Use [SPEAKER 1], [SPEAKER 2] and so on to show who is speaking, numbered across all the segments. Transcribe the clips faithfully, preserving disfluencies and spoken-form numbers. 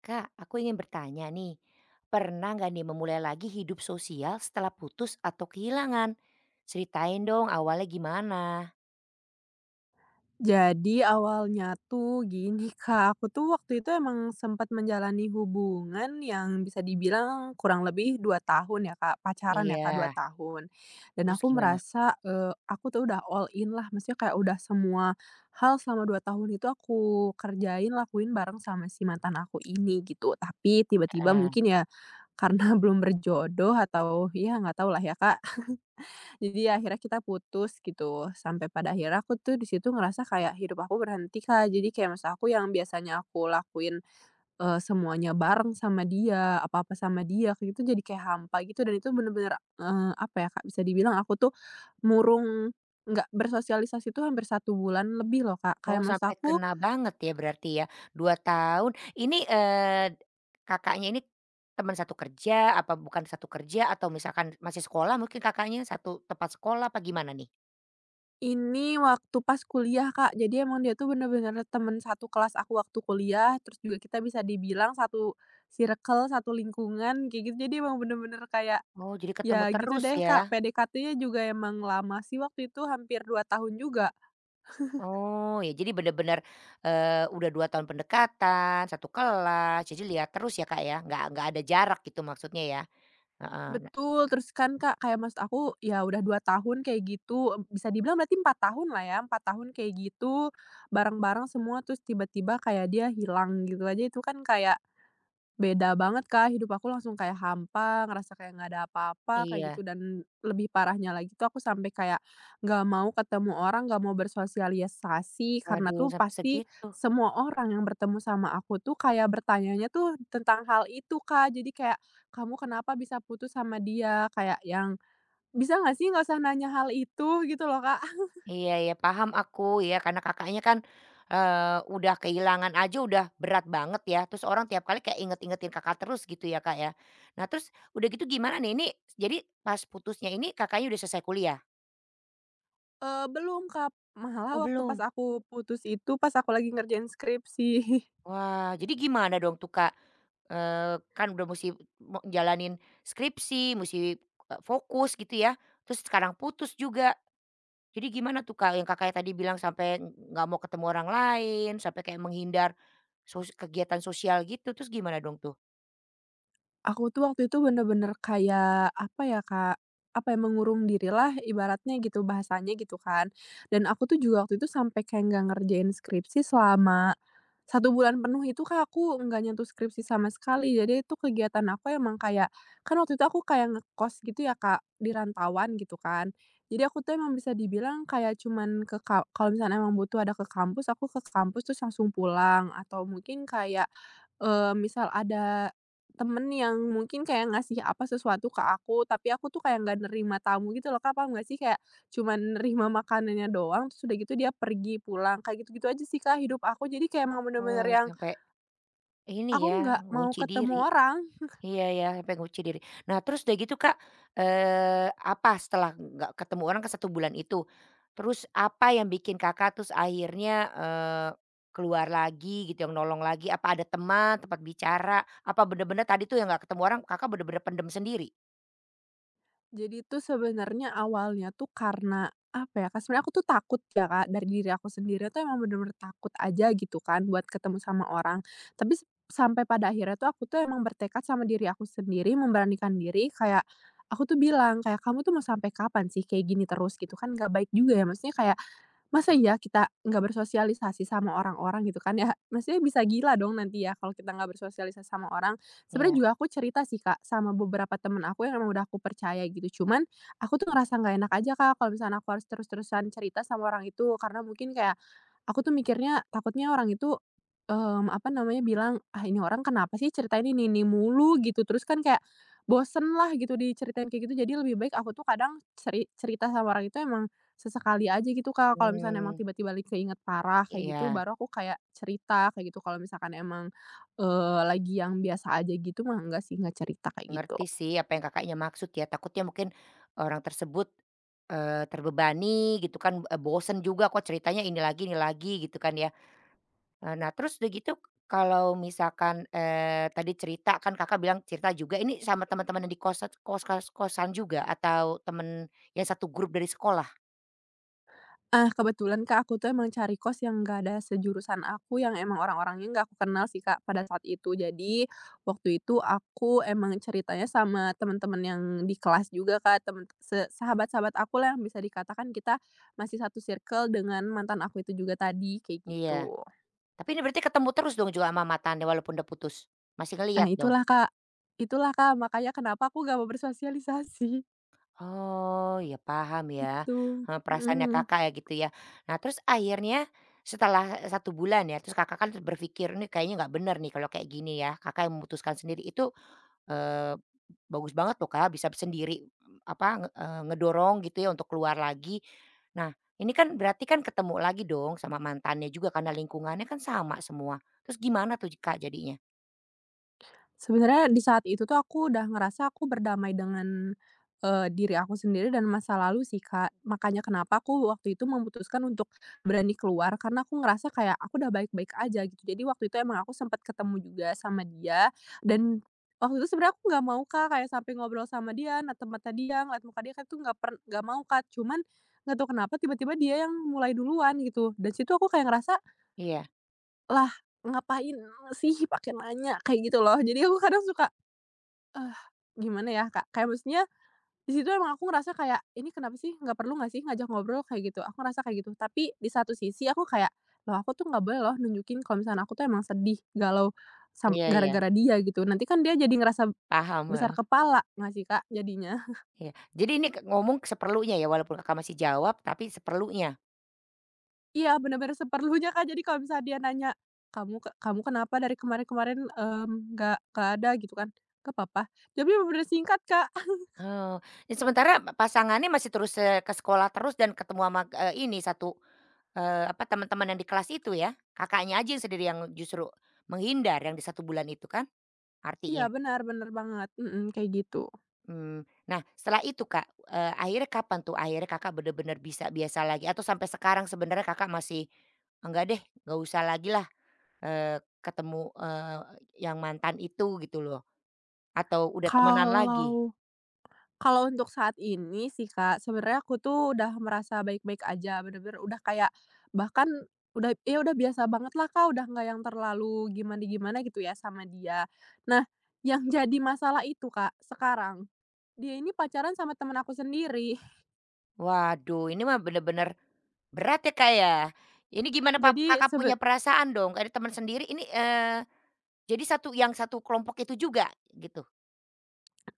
[SPEAKER 1] Kak, aku ingin bertanya nih, pernah nggak nih memulai lagi hidup sosial setelah putus atau kehilangan? Ceritain dong awalnya gimana?
[SPEAKER 2] Jadi awalnya tuh gini, Kak, aku tuh waktu itu emang sempat menjalani hubungan yang bisa dibilang kurang lebih dua tahun ya Kak, pacaran ya Kak dua
[SPEAKER 1] Iya,
[SPEAKER 2] tahun. Dan
[SPEAKER 1] terus
[SPEAKER 2] aku
[SPEAKER 1] gimana?
[SPEAKER 2] merasa, eee, aku tuh udah all in lah, maksudnya kayak udah semua hal selama dua tahun itu aku kerjain, lakuin bareng sama si mantan aku ini gitu. Tapi tiba-tiba
[SPEAKER 1] Heeh.
[SPEAKER 2] mungkin ya karena belum berjodoh atau ya nggak tau lah ya Kak, jadi akhirnya kita putus gitu, sampai pada akhirnya aku tuh di situ ngerasa kayak hidup aku berhenti, Kak. Jadi kayak masa aku yang biasanya aku lakuin, eee, semuanya bareng sama dia, apa-apa sama dia, kayak gitu jadi kayak hampa gitu. Dan itu bener-bener, eee, apa ya, Kak, bisa dibilang aku tuh murung, nggak bersosialisasi tuh hampir satu bulan lebih loh, Kak.
[SPEAKER 1] Oh
[SPEAKER 2] Kayak maksud
[SPEAKER 1] sampai
[SPEAKER 2] aku,
[SPEAKER 1] kena banget ya berarti ya, dua tahun. Ini, eee, Kakaknya ini teman satu kerja, apa bukan satu kerja atau misalkan masih sekolah mungkin Kakaknya, satu tempat sekolah apa gimana nih?
[SPEAKER 2] ini waktu pas kuliah, Kak. Jadi emang dia tuh bener-bener temen satu kelas aku waktu kuliah, terus juga kita bisa dibilang satu circle, satu lingkungan, kayak gitu. Jadi emang bener-bener kayak,
[SPEAKER 1] Oh jadi ketemu
[SPEAKER 2] ya gitu
[SPEAKER 1] terus
[SPEAKER 2] deh, Kak,
[SPEAKER 1] ya?
[SPEAKER 2] pe de ka te-nya juga emang lama sih, waktu itu hampir dua tahun juga.
[SPEAKER 1] Oh ya jadi benar-benar eee, udah dua tahun pendekatan, satu kelas, jadi lihat terus ya, Kak, ya, nggak nggak ada jarak gitu maksudnya ya? Heeh, nah
[SPEAKER 2] Betul, terus kan, Kak, kayak maksud aku ya udah dua tahun kayak gitu, mmm, bisa dibilang berarti empat tahun lah ya, empat tahun kayak gitu, bareng-bareng semua, terus tiba-tiba kayak dia hilang gitu aja. Itu kan kayak beda banget, Kak, hidup aku langsung kayak hampa, ngerasa kayak nggak ada apa-apa, kayak
[SPEAKER 1] iya.
[SPEAKER 2] gitu. Dan lebih parahnya lagi tuh aku sampai kayak nggak mau ketemu orang, nggak mau bersosialisasi, karena
[SPEAKER 1] Waduh
[SPEAKER 2] tuh
[SPEAKER 1] sampai
[SPEAKER 2] pasti
[SPEAKER 1] segitu.
[SPEAKER 2] semua orang yang bertemu sama aku tuh kayak bertanyanya tuh tentang hal itu, Kak. Jadi kayak, "Kamu kenapa bisa putus sama dia?" Kayak yang, "Bisa nggak sih nggak usah nanya hal itu?" Gitu loh, Kak.
[SPEAKER 1] Iya ya paham aku ya karena Kakaknya kan, eee, udah kehilangan aja udah berat banget ya, terus orang tiap kali kayak inget-ingetin Kakak terus gitu ya, Kak, ya. Nah terus udah gitu gimana nih? Ini jadi pas putusnya ini Kakaknya udah selesai kuliah?
[SPEAKER 2] Eee, belum, Kak, malah
[SPEAKER 1] Oh
[SPEAKER 2] waktu pas
[SPEAKER 1] belum?
[SPEAKER 2] aku putus itu, pas aku lagi ngerjain skripsi.
[SPEAKER 1] Wah jadi gimana dong tuh, Kak? Eee, kan udah mesti mo jalanin skripsi, mesti eee, fokus gitu ya, terus sekarang putus juga. Jadi gimana tuh, Kak, yang Kakaknya tadi bilang sampai nggak mau ketemu orang lain, sampai kayak menghindar sos kegiatan sosial gitu, terus gimana dong tuh?
[SPEAKER 2] Aku tuh waktu itu bener-bener kayak, apa ya, Kak, apa ya, mengurung dirilah ibaratnya gitu, bahasanya gitu kan. Dan aku tuh juga waktu itu sampai kayak nggak ngerjain skripsi selama satu bulan penuh itu, Kak, aku nggak nyentuh skripsi sama sekali. Jadi itu kegiatan aku emang kayak, kan waktu itu aku kayak ngekos gitu ya, Kak, di rantauan gitu kan. Jadi aku tuh emang bisa dibilang kayak cuman ke ka kalau misalnya emang butuh ada ke kampus, aku ke kampus terus langsung pulang, atau mungkin kayak, eee, misal ada temen yang mungkin kayak ngasih apa sesuatu ke aku, tapi aku tuh kayak nggak nerima tamu gitu loh, Kak, paham nggak sih? Kayak cuman nerima makanannya doang, terus udah gitu dia pergi pulang, kayak gitu-gitu aja sih, Kak, hidup aku. Jadi kayak emang bener-bener
[SPEAKER 1] Wah,
[SPEAKER 2] yang
[SPEAKER 1] sampai ini
[SPEAKER 2] aku
[SPEAKER 1] ya,
[SPEAKER 2] nggak mau
[SPEAKER 1] mengunci
[SPEAKER 2] ketemu
[SPEAKER 1] diri.
[SPEAKER 2] orang.
[SPEAKER 1] Iya ya, sampai ngunci diri. Nah, terus udah gitu Kak, eee, apa setelah nggak ketemu orang ke satu bulan itu, terus apa yang bikin Kakak terus akhirnya, eee, keluar lagi gitu, yang nolong lagi? Apa ada teman, tempat bicara? Apa bener-bener tadi tuh yang nggak ketemu orang Kakak bener-bener pendem sendiri?
[SPEAKER 2] Jadi tuh sebenarnya awalnya tuh karena, apa ya, Kak, sebenarnya aku tuh takut ya, Kak, dari diri aku sendiri tuh emang bener-bener takut aja gitu kan buat ketemu sama orang. Tapi s sampai pada akhirnya tuh aku tuh emang bertekad sama diri aku sendiri, memberanikan diri kayak aku tuh bilang kayak, "Kamu tuh mau sampai kapan sih kayak gini terus?" Gitu kan, nggak baik juga ya, maksudnya kayak masa iya kita nggak bersosialisasi sama orang-orang gitu kan ya, maksudnya bisa gila dong nanti ya kalau kita nggak bersosialisasi sama orang. Sebenarnya
[SPEAKER 1] Iya,
[SPEAKER 2] juga aku cerita sih, Kak, sama beberapa temen aku yang emang udah aku percaya gitu, cuman aku tuh ngerasa nggak enak aja, Kak, kalau misalnya aku harus terus-terusan cerita sama orang itu, karena mungkin kayak aku tuh mikirnya takutnya orang itu, mmm, apa namanya, bilang, "Ah, ini orang kenapa sih ceritain ini-ini mulu?" Gitu. Terus kan kayak bosen lah gitu diceritain kayak gitu. Jadi lebih baik aku tuh kadang ceri cerita sama orang itu emang sesekali aja gitu, Kak. Kalau misalnya emang
[SPEAKER 1] mmm,
[SPEAKER 2] tiba-tiba lagi keinget parah kayak gitu,
[SPEAKER 1] iya,
[SPEAKER 2] baru aku kayak cerita kayak gitu. Kalau misalkan emang, eee, lagi yang biasa aja gitu mah enggak sih, nggak cerita kayak gitu.
[SPEAKER 1] ngerti sih apa yang Kakaknya maksud ya, takutnya mungkin orang tersebut, eee, terbebani gitu kan, eee, bosen juga kok ceritanya ini lagi ini lagi gitu kan ya. Eee, nah terus udah gitu kalau misalkan, eee, tadi cerita kan Kakak bilang cerita juga ini sama teman-teman yang di kosan kos kos kosan juga atau temen yang satu grup dari sekolah?
[SPEAKER 2] Ah, kebetulan, Kak, aku tuh emang cari kos yang nggak ada sejurusan aku, yang emang orang-orangnya nggak aku kenal sih, Kak, pada saat itu. Jadi, waktu itu aku emang ceritanya sama teman-teman yang di kelas juga, Kak, temen, se sahabat-sahabat aku lah yang bisa dikatakan kita masih satu circle dengan mantan aku itu juga tadi, kayak
[SPEAKER 1] Iya.
[SPEAKER 2] gitu.
[SPEAKER 1] Tapi ini berarti ketemu terus dong juga sama mantannya walaupun udah putus? Masih
[SPEAKER 2] Nah
[SPEAKER 1] ngelihat dong?
[SPEAKER 2] itulah Kak itulah Kak, makanya kenapa aku nggak mau bersosialisasi,
[SPEAKER 1] Oh ya paham ya,
[SPEAKER 2] itu.
[SPEAKER 1] eee, perasaannya Kakak ya gitu ya. Nah terus akhirnya setelah, satu bulan ya terus Kakak kan berpikir, "Ini kayaknya nggak bener nih kalau kayak gini ya." Kakak yang memutuskan sendiri itu. Eee, Bagus banget loh Kak, bisa sendiri, mm, apa, nge eee, ngedorong gitu ya untuk keluar lagi. Nah, ini kan berarti kan ketemu lagi dong sama mantannya juga karena lingkungannya kan sama semua. Terus gimana tuh Kak jadinya?
[SPEAKER 2] Sebenarnya di saat itu tuh aku udah ngerasa aku berdamai dengan, eee, diri aku sendiri dan masa lalu sih, Kak. Makanya kenapa aku waktu itu memutuskan untuk berani keluar karena aku ngerasa kayak aku udah baik-baik aja gitu. Jadi waktu itu emang aku sempet ketemu juga sama dia. Dan waktu itu sebenarnya aku nggak mau, Kak, kayak sampai ngobrol sama dia, natap mata dia, ngeliat muka dia, Kak, tuh nggak per nggak mau, Kak. Cuman nggak tahu kenapa tiba-tiba dia yang mulai duluan gitu. Dan situ aku kayak ngerasa,
[SPEAKER 1] Iya,
[SPEAKER 2] "Lah, ngapain sih pakai nanya?" Kayak gitu loh. Jadi aku kadang suka, eh, gimana ya, Kak, kayak maksudnya di situ emang aku ngerasa kayak, "Ini kenapa sih? Nggak perlu nggak sih ngajak ngobrol?" Kayak gitu, aku ngerasa kayak gitu. Tapi di satu sisi aku kayak, "Loh, aku tuh nggak boleh loh nunjukin kalau misalnya aku tuh emang sedih, galau, sam
[SPEAKER 1] iya iya,
[SPEAKER 2] gara-gara dia," gitu. Nanti kan dia jadi ngerasa
[SPEAKER 1] paham, heeh,
[SPEAKER 2] besar kepala nggak sih, Kak, jadinya?
[SPEAKER 1] iya. Jadi ini ke ngomong seperlunya ya walaupun Kakak masih jawab tapi seperlunya?
[SPEAKER 2] Iya, bener-bener seperlunya, Kak, jadi kalau misalnya dia nanya, "Kamu ke kamu kenapa dari kemarin-kemarin, mmm, nggak nggak ada?" Gitu kan, "Nggak papa," jawabnya bener-bener singkat, Kak.
[SPEAKER 1] Oh, ya sementara pasangannya masih terus, eee, ke sekolah terus dan ketemu sama, eee, ini, satu Eee, apa, teman-teman yang di kelas itu ya? Kakaknya aja yang sendiri yang justru menghindar yang di satu bulan itu kan
[SPEAKER 2] Iya,
[SPEAKER 1] artinya?
[SPEAKER 2] benar benar banget, mhm, kayak gitu.
[SPEAKER 1] Mmm, nah setelah itu Kak, eee, akhirnya kapan tuh akhirnya Kakak bener-bener bisa biasa lagi atau sampai sekarang sebenarnya Kakak masih, "Enggak deh nggak usah lagilah, eee, ketemu, eee, yang mantan itu," gitu loh? Atau udah temenan
[SPEAKER 2] Kalau
[SPEAKER 1] lagi?
[SPEAKER 2] Kalau untuk saat ini sih, Kak, sebenarnya aku tuh udah merasa baik-baik aja, bener-bener udah kayak, bahkan udah, ya udah biasa banget lah, Kak, udah nggak yang terlalu gimana-gimana gitu ya sama dia. Nah, yang jadi masalah itu, Kak, sekarang dia ini pacaran sama temen aku sendiri.
[SPEAKER 1] Waduh ini mah bener-bener berat ya Kak ya? Ini gimana pap
[SPEAKER 2] Jadi
[SPEAKER 1] Kakak punya
[SPEAKER 2] sebe
[SPEAKER 1] perasaan dong? Ada teman sendiri ini. eee Jadi satu yang satu kelompok itu juga gitu?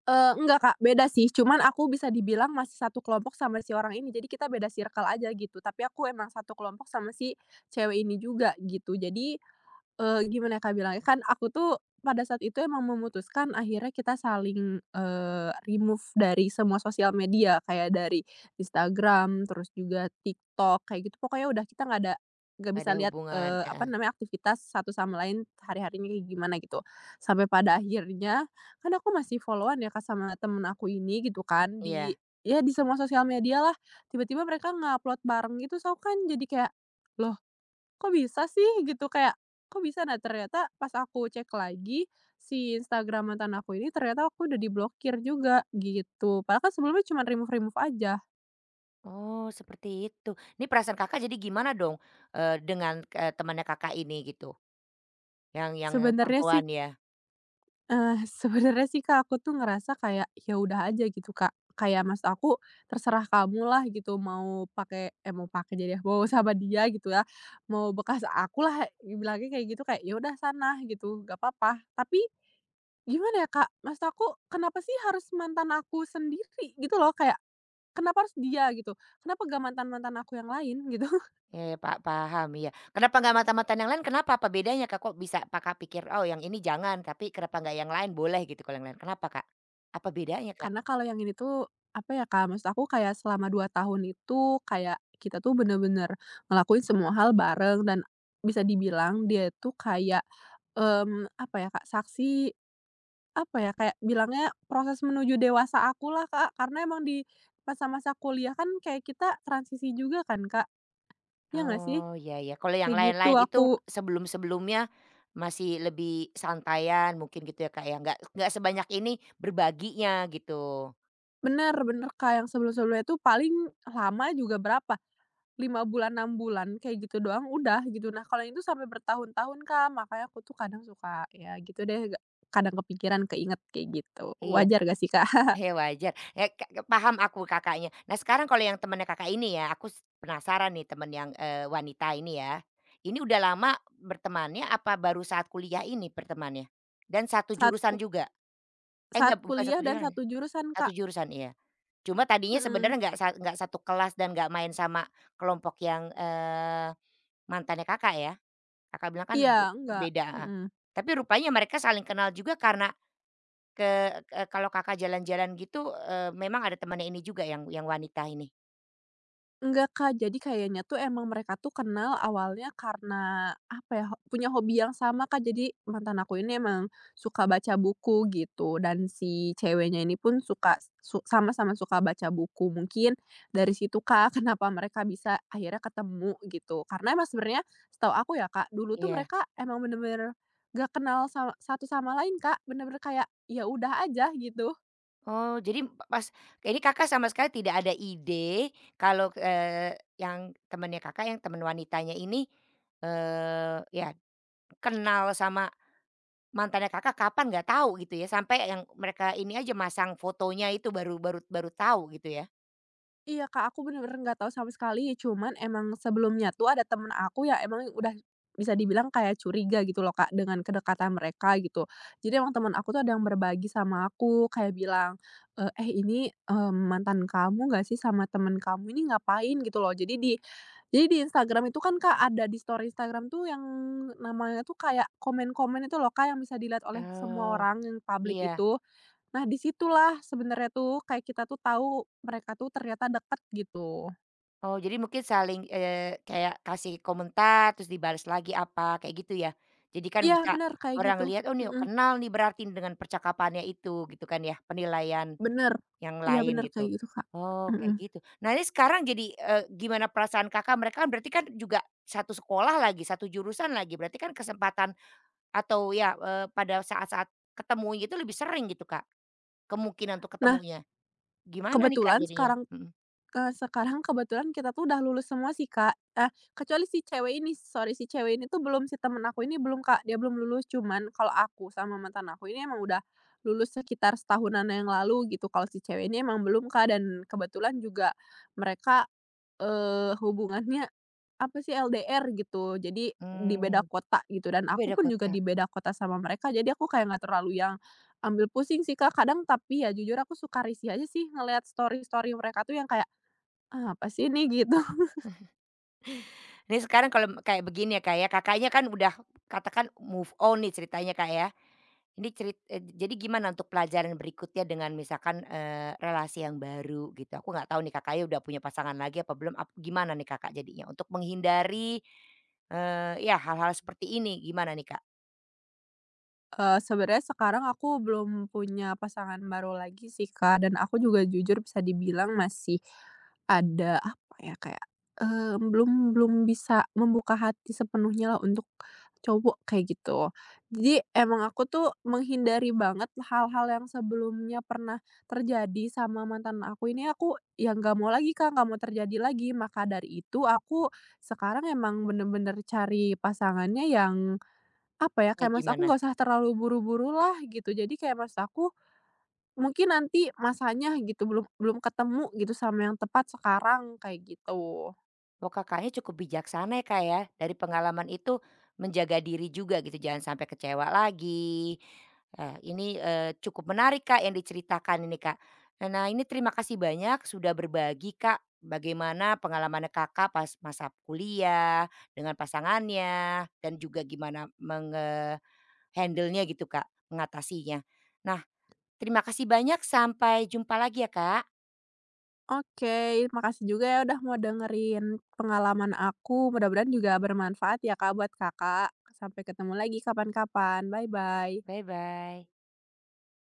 [SPEAKER 2] eee, enggak, Kak, beda sih, cuman aku bisa dibilang masih satu kelompok sama si orang ini, jadi kita beda circle aja gitu, tapi aku emang satu kelompok sama si cewek ini juga gitu. Jadi, Eee, gimana ya, Kak, bilangnya, kan aku tuh pada saat itu emang memutuskan akhirnya kita saling, eee, remove dari semua sosial media, kayak dari Instagram, terus juga TikTok, kayak gitu. Pokoknya udah kita nggak ada, nggak
[SPEAKER 1] Nggak
[SPEAKER 2] bisa
[SPEAKER 1] ada
[SPEAKER 2] lihat,
[SPEAKER 1] hubungan
[SPEAKER 2] eee, apa
[SPEAKER 1] heeh,
[SPEAKER 2] namanya, aktivitas satu sama lain hari-harinya kayak gimana gitu. Sampai pada akhirnya, kan aku masih follow-an ya, Kak, sama temen aku ini gitu kan, di,
[SPEAKER 1] iya.
[SPEAKER 2] ya, di semua sosial media lah. Tiba-tiba mereka nge-upload bareng gitu, so, aku kan jadi kayak, "Loh, kok bisa sih?" Gitu kayak, "Kok bisa?" Nah ternyata pas aku cek lagi, si Instagram mantan aku ini ternyata aku udah diblokir juga gitu. Padahal kan sebelumnya cuma remove-remove aja.
[SPEAKER 1] Oh seperti itu. Ini perasaan Kakak jadi gimana dong, eee, dengan, eee, temannya Kakak ini gitu? Yang yang
[SPEAKER 2] Sebenarnya sih
[SPEAKER 1] perempuan ya?
[SPEAKER 2] Eee, sebenarnya sih, Kak, aku tuh ngerasa kayak, ya udah aja gitu, Kak. Kayak maksud aku, terserah kamu lah gitu, mau pakai, eh, mau pakai jadi, mau sama dia gitu ya, mau bekas aku lah bilangnya kayak gitu, kayak, "Ya udah sana," gitu, "gak apa-apa." Tapi gimana ya, Kak, maksud aku, kenapa sih harus mantan aku sendiri gitu loh, kayak kenapa harus dia gitu? Kenapa gak mantan-mantan aku yang lain gitu?
[SPEAKER 1] Iya ya, pa paham iya. Kenapa nggak mata mantan yang lain kenapa? Apa bedanya Kak kok bisa Kakak pikir, "Oh yang ini jangan," tapi kenapa nggak yang lain boleh gitu kalau yang lain, kenapa Kak? Apa bedanya Kak?
[SPEAKER 2] Karena kalau yang ini tuh, apa ya, Kak, maksud aku kayak selama dua tahun itu kayak kita tuh bener-bener ngelakuin semua hal bareng. Dan bisa dibilang dia tuh kayak, mmm, apa ya, Kak, saksi, apa ya, kayak bilangnya proses menuju dewasa aku lah, Kak, karena emang di masa-masa kuliah kan kayak kita transisi juga kan, Kak, ya nggak sih?
[SPEAKER 1] Oh, iya iya. Kalau yang
[SPEAKER 2] Kayak gitu
[SPEAKER 1] lain-lain itu
[SPEAKER 2] aku
[SPEAKER 1] sebelum-sebelumnya masih lebih santaian mungkin gitu ya, Kak, ya? Nggak nggak sebanyak ini berbaginya gitu.
[SPEAKER 2] bener bener, Kak, yang sebelum-sebelumnya tuh paling lama juga berapa, lima bulan, enam bulan, kayak gitu doang udah gitu. Nah, kalau yang itu sampai bertahun-tahun, Kak, makanya aku tuh kadang suka ya gitu deh, ga kadang kepikiran, keinget kayak gitu.
[SPEAKER 1] Iya,
[SPEAKER 2] Wajar gak sih, Kak?
[SPEAKER 1] ya wajar. Ya, Kak, paham aku Kakaknya. Nah, sekarang kalau yang temannya Kakak ini ya, aku s penasaran nih teman yang, eee, wanita ini ya. Ini udah lama bertemannya apa baru saat kuliah ini bertemannya? Dan satu
[SPEAKER 2] Saat
[SPEAKER 1] jurusan
[SPEAKER 2] ku
[SPEAKER 1] juga? Eh,
[SPEAKER 2] Saat
[SPEAKER 1] enggak bukan
[SPEAKER 2] kuliah
[SPEAKER 1] satu
[SPEAKER 2] dan
[SPEAKER 1] jurusan.
[SPEAKER 2] satu jurusan,
[SPEAKER 1] Satu
[SPEAKER 2] Kak.
[SPEAKER 1] jurusan, iya. Cuma tadinya
[SPEAKER 2] Mhm.
[SPEAKER 1] sebenarnya nggak sa nggak satu kelas dan nggak main sama kelompok yang, eee, mantannya Kakak ya? Kakak bilang kan
[SPEAKER 2] Iya,
[SPEAKER 1] be
[SPEAKER 2] enggak.
[SPEAKER 1] beda heeh.
[SPEAKER 2] Mhm.
[SPEAKER 1] Tapi rupanya mereka saling kenal juga karena ke ke kalau Kakak jalan-jalan gitu, eee, memang ada temannya ini juga yang yang wanita ini?
[SPEAKER 2] Enggak, Kak, jadi kayaknya tuh emang mereka tuh kenal awalnya karena apa ya, ho punya hobi yang sama, Kak. Jadi mantan aku ini emang suka baca buku gitu dan si ceweknya ini pun suka, su sama-sama suka baca buku. Mungkin dari situ, Kak, kenapa mereka bisa akhirnya ketemu gitu. Karena emang sebenarnya setahu aku ya, Kak, dulu tuh
[SPEAKER 1] Iya.
[SPEAKER 2] mereka emang bener-bener gak kenal sa satu sama lain, Kak, bener-bener kayak ya udah aja gitu.
[SPEAKER 1] Oh, jadi pas ini Kakak sama sekali tidak ada ide kalau, eee, yang temannya Kakak yang teman wanitanya ini, eee, ya kenal sama mantannya Kakak kapan nggak tahu gitu ya, sampai yang mereka ini aja masang fotonya itu baru baru baru tahu gitu ya?
[SPEAKER 2] Iya, Kak, aku bener-bener nggak tahu sama sekali, ya, cuman emang sebelumnya tuh ada temen aku yang emang udah bisa dibilang kayak curiga gitu loh, Kak, dengan kedekatan mereka gitu. Jadi emang teman aku tuh ada yang berbagi sama aku, kayak bilang, eee, "Eh, ini, eee, mantan kamu nggak sih sama temen kamu ini ngapain?" Gitu loh. Jadi di jadi di Instagram itu kan, Kak, ada di story Instagram tuh yang namanya tuh kayak komen-komen itu loh, Kak, yang bisa dilihat oleh semua
[SPEAKER 1] Oh.
[SPEAKER 2] orang yang publik
[SPEAKER 1] Iya.
[SPEAKER 2] itu. Nah, di situlah sebenarnya tuh kayak kita tuh tahu mereka tuh ternyata deket gitu.
[SPEAKER 1] Oh jadi mungkin saling, eee, kayak kasih komentar terus dibalas lagi apa, kayak gitu ya? Jadi kan
[SPEAKER 2] Iya
[SPEAKER 1] bisa
[SPEAKER 2] bener kayak gitu,
[SPEAKER 1] orang lihat, "Oh nih
[SPEAKER 2] mhm,
[SPEAKER 1] kenal nih berarti dengan percakapannya itu," gitu kan ya, penilaian
[SPEAKER 2] bener.
[SPEAKER 1] yang
[SPEAKER 2] Iya
[SPEAKER 1] lain
[SPEAKER 2] bener kayak
[SPEAKER 1] gitu.
[SPEAKER 2] gitu, Kak,
[SPEAKER 1] Oh kayak
[SPEAKER 2] mhm.
[SPEAKER 1] gitu. Nah ini sekarang jadi, eee, gimana perasaan Kakak? Mereka kan berarti kan juga satu sekolah lagi, satu jurusan lagi, berarti kan kesempatan atau ya, eee, pada saat-saat ketemu gitu lebih sering gitu, Kak, kemungkinan untuk
[SPEAKER 2] Nah,
[SPEAKER 1] ketemunya. Gimana nih, Kak,
[SPEAKER 2] kebetulan
[SPEAKER 1] jadinya?
[SPEAKER 2] sekarang,
[SPEAKER 1] Mhm.
[SPEAKER 2] eee, sekarang kebetulan kita tuh udah lulus semua sih, Kak, eh, kecuali si cewek ini, sorry, si cewek ini tuh belum, si temen aku ini belum, Kak, dia belum lulus, cuman kalau aku sama mantan aku ini emang udah lulus sekitar setahunan yang lalu gitu, kalau si cewek ini emang belum, Kak. Dan kebetulan juga mereka, eh, hubungannya, apa sih, el de er gitu, jadi di beda
[SPEAKER 1] Mmm,
[SPEAKER 2] kota gitu dan
[SPEAKER 1] oh
[SPEAKER 2] aku
[SPEAKER 1] beda
[SPEAKER 2] pun juga
[SPEAKER 1] kota.
[SPEAKER 2] di beda kota sama mereka, jadi aku kayak nggak terlalu yang ambil pusing sih, Kak. Kadang tapi ya jujur aku suka risih aja sih ngelihat story-story mereka tuh yang kayak, "Ah, apa sih ini?" Gitu.
[SPEAKER 1] Ini sekarang kalau kayak begini ya, Kak, ya, Kakaknya kan udah katakan move on nih ceritanya, Kak, ya. Ini cerit eee, jadi gimana untuk pelajaran berikutnya dengan misalkan, eee, relasi yang baru gitu? Aku nggak tahu nih Kakaknya udah punya pasangan lagi apa belum, ap gimana nih Kakak jadinya untuk menghindari, eee, ya hal-hal seperti ini gimana nih, Kak?
[SPEAKER 2] Eh sebenarnya sekarang aku belum punya pasangan baru lagi sih, Kak, dan aku juga jujur bisa dibilang masih ada, apa ya, kayak, eh, belum belum bisa membuka hati sepenuhnya lah untuk cowok kayak gitu. Jadi emang aku tuh menghindari banget hal-hal yang sebelumnya pernah terjadi sama mantan aku ini, aku yang nggak mau lagi, Kak, nggak mau terjadi lagi. Maka dari itu aku sekarang emang bener-bener cari pasangannya yang apa ya,
[SPEAKER 1] Kayak
[SPEAKER 2] kayak mas aku
[SPEAKER 1] gimana?
[SPEAKER 2] nggak usah terlalu buru buru lah gitu. Jadi kayak mas aku, mungkin nanti masanya gitu, belum belum ketemu gitu sama yang tepat sekarang, kayak gitu.
[SPEAKER 1] Wah, Kakaknya cukup bijaksana ya, Kak, ya. Dari pengalaman itu menjaga diri juga gitu, jangan sampai kecewa lagi. Eee, ini, eee, cukup menarik, Kak, yang diceritakan ini, Kak. Nah, ini terima kasih banyak sudah berbagi, Kak, bagaimana pengalaman Kakak pas masa kuliah dengan pasangannya dan juga gimana menge nya gitu, Kak, mengatasinya. Nah, terima kasih banyak, sampai jumpa lagi ya, Kak.
[SPEAKER 2] Oke, makasih juga ya udah mau dengerin pengalaman aku, mudah-mudahan juga bermanfaat ya Kak buat Kakak. Sampai ketemu lagi kapan-kapan, bye-bye.
[SPEAKER 1] Bye-bye.